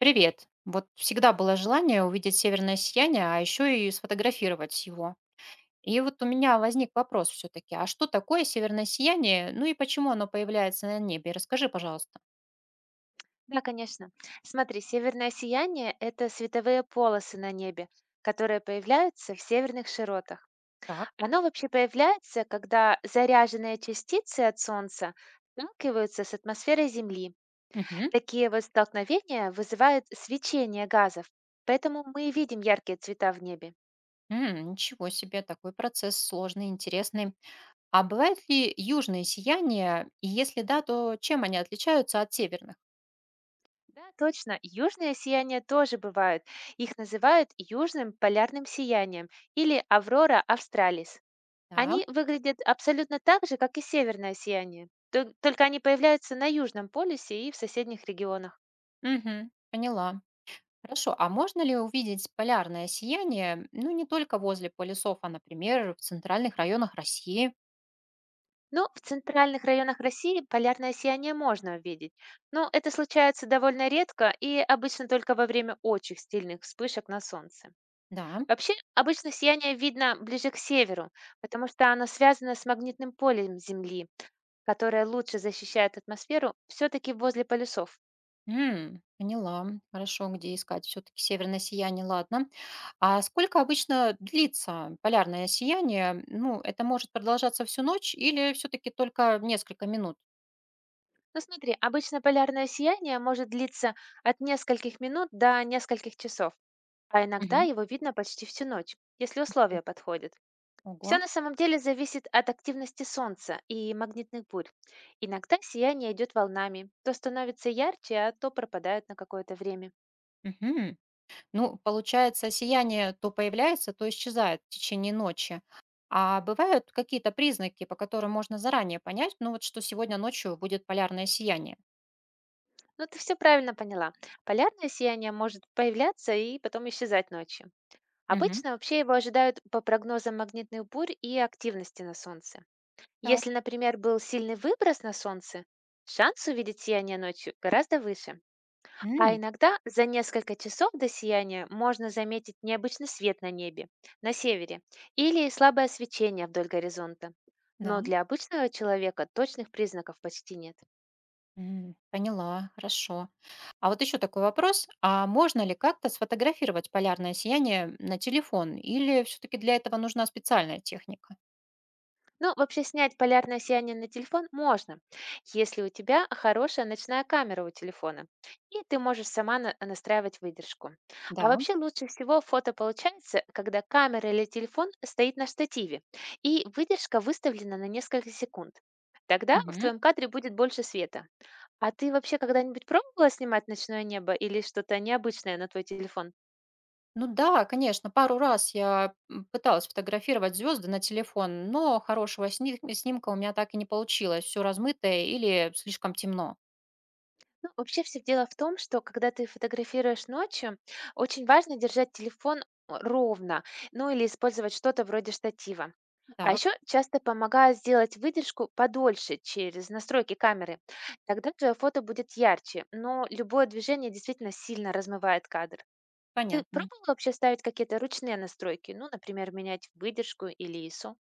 Привет. Вот всегда было желание увидеть северное сияние, а еще и сфотографировать его. И вот у меня возник вопрос все-таки, а что такое северное сияние, ну и почему оно появляется на небе? Расскажи, пожалуйста. Да, конечно. Смотри, северное сияние– это световые полосы на небе, которые появляются в северных широтах. Так. Оно вообще появляется, когда заряженные частицы от Солнца сталкиваются с атмосферой Земли. Мгм. Такие вот столкновения вызывают свечение газов, поэтому мы и видим яркие цвета в небе. М, ничего себе, такой процесс сложный, интересный. А бывают ли южные сияния? И если да, то чем они отличаются от северных? Да, точно, южное сияние тоже бывает. Их называют южным полярным сиянием или аврора австралис. Да. Они выглядят абсолютно так же, как и северное сияние, только они появляются на Южном полюсе и в соседних регионах. Мгм. Поняла. Хорошо, а можно ли увидеть полярное сияние, ну, не только возле полюсов, а, например, в центральных районах России? Но в центральных районах России полярное сияние можно увидеть, но это случается довольно редко и обычно только во время очень сильных вспышек на Солнце. Да. Вообще, обычно сияние видно ближе к северу, потому что оно связано с магнитным полем Земли, которое лучше защищает атмосферу все-таки возле полюсов. М, поняла. Хорошо, где искать все-таки северное сияние, ладно. А сколько обычно длится полярное сияние? Ну, это может продолжаться всю ночь или все-таки только несколько минут? Ну смотри, обычно полярное сияние может длиться от нескольких минут до нескольких часов, а иногда Мгм. его видно почти всю ночь, если условия подходят. Ого. Все на самом деле зависит от активности Солнца и магнитных бурь. Иногда сияние идет волнами, то становится ярче, а то пропадает на какое-то время. Мгм. Ну, получается, сияние то появляется, то исчезает в течение ночи. А бывают какие-то признаки, по которым можно заранее понять, ну вот что сегодня ночью будет полярное сияние? Но ты все правильно поняла. Полярное сияние может появляться и потом исчезать ночью. Мгм. Обычно вообще его ожидают по прогнозам магнитных бурь и активности на Солнце. Так. Если, например, был сильный выброс на солнце, шанс увидеть сияние ночью гораздо выше. А М. иногда за несколько часов до сияния можно заметить необычный свет на небе, на севере, или слабое свечение вдоль горизонта. Да. Но для обычного человека точных признаков почти нет. М, поняла, хорошо. А вот еще такой вопрос. А можно ли как-то сфотографировать полярное сияние на телефон? Или все-таки для этого нужна специальная техника? Ну, вообще снять полярное сияние на телефон можно, если у тебя хорошая ночная камера у телефона, и ты можешь сама настраивать выдержку. А Да. вообще лучше всего фото получается, когда камера или телефон стоит на штативе, и выдержка выставлена на несколько секунд. Тогда в твоем кадре будет больше света. А ты вообще когда-нибудь пробовала снимать ночное небо или что-то необычное на твой телефон? Ну да, конечно, пару раз я, пыталась фотографировать звезды на телефон, но хорошего снимка у меня так и не получилось. Все размытое или слишком темно. Ну, вообще все дело в том, что когда ты фотографируешь ночью, очень важно держать телефон ровно, ну или использовать что-то вроде штатива. А Так, еще часто помогает сделать выдержку подольше через настройки камеры. Тогда твое фото будет ярче, но любое движение действительно сильно размывает кадр. Ты понятно. пробовал вообще ставить какие-то ручные настройки? Ну, например, менять выдержку или ISO?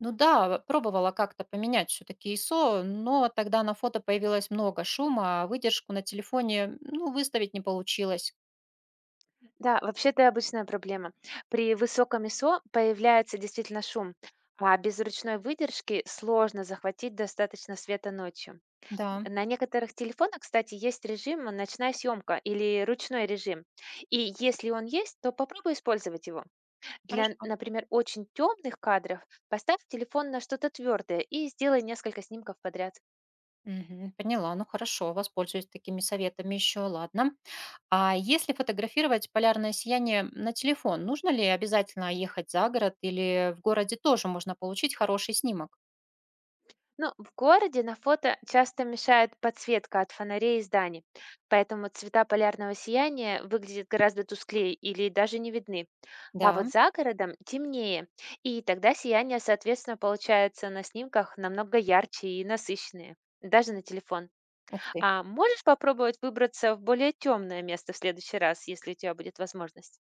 Ну да, пробовала как-то поменять все таки ISO, но тогда на фото появилось много шума, а выдержку на телефоне, ну, выставить не получилось. Да, вообще это обычная проблема. При высоком ISO появляется действительно шум, а без ручной выдержки сложно захватить достаточно света ночью. Да, На некоторых телефонах, кстати, есть режим «ночная съемка» или «ручной режим». И если он есть, то попробуй использовать его. Для, хорошо. например, очень темных кадров поставь телефон на что-то твердое и сделай несколько снимков подряд. Мгм, поняла. Ну, хорошо, воспользуюсь такими советами еще, ладно. А если фотографировать полярное сияние на телефон, нужно ли обязательно ехать за город или в городе тоже можно получить хороший снимок? Ну, в городе на фото часто мешает подсветка от фонарей и зданий, поэтому цвета полярного сияния выглядят гораздо тусклее или даже не видны. А вот Да, за городом темнее, и тогда сияние, соответственно, получается на снимках намного ярче и насыщеннее, даже на телефон. ух ты. А можешь попробовать выбраться в более темное место в следующий раз, если у тебя будет возможность?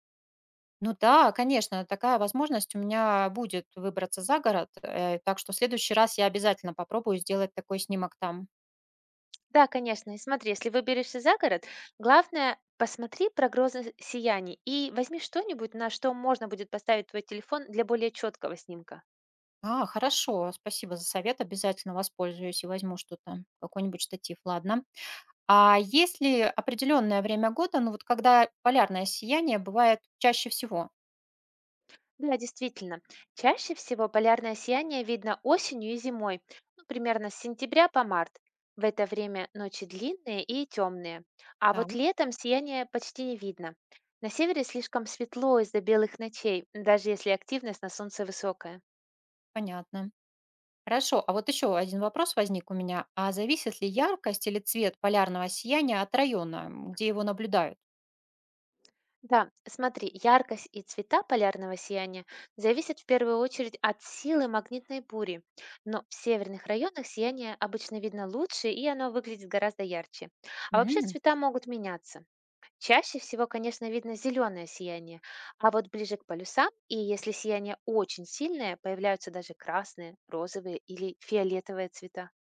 Ну да, конечно, такая возможность у меня будет выбраться за город, так что в следующий раз я обязательно попробую сделать такой снимок там. Да, конечно. И смотри, если выберешься за город, главное посмотри прогнозы сияний и возьми что-нибудь, на что можно будет поставить твой телефон для более четкого снимка. А, хорошо, спасибо за совет, обязательно воспользуюсь и возьму что-то, какой-нибудь штатив, ладно. А есть ли определенное время года, ну вот когда полярное сияние бывает чаще всего? Да, действительно. Чаще всего полярное сияние видно осенью и зимой, ну, примерно с сентября по март. В это время ночи длинные и темные. А Так, вот летом сияние почти не видно. На севере слишком светло из-за белых ночей, даже если активность на солнце высокая. понятно. Хорошо, а вот еще один вопрос возник у меня. А зависит ли яркость или цвет полярного сияния от района, м, где его наблюдают? Да, смотри, яркость и цвета полярного сияния зависят в первую очередь от силы магнитной бури, но в северных районах сияние обычно видно лучше и оно выглядит гораздо ярче. А вообще М. цвета могут меняться. Чаще всего, конечно, видно зеленое сияние, а вот ближе к полюсам, и если сияние очень сильное, появляются даже красные, розовые или фиолетовые цвета.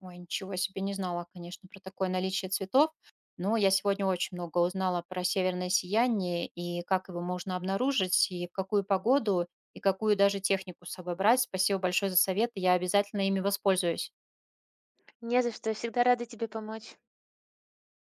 Ой, ничего себе, не знала, конечно, про такое наличие цветов. Но я сегодня очень много узнала про северное сияние, и как его можно обнаружить, и в какую погоду, и какую даже технику с собой брать. Спасибо большое за советы, я обязательно ими воспользуюсь. Не за что, я всегда рада тебе помочь.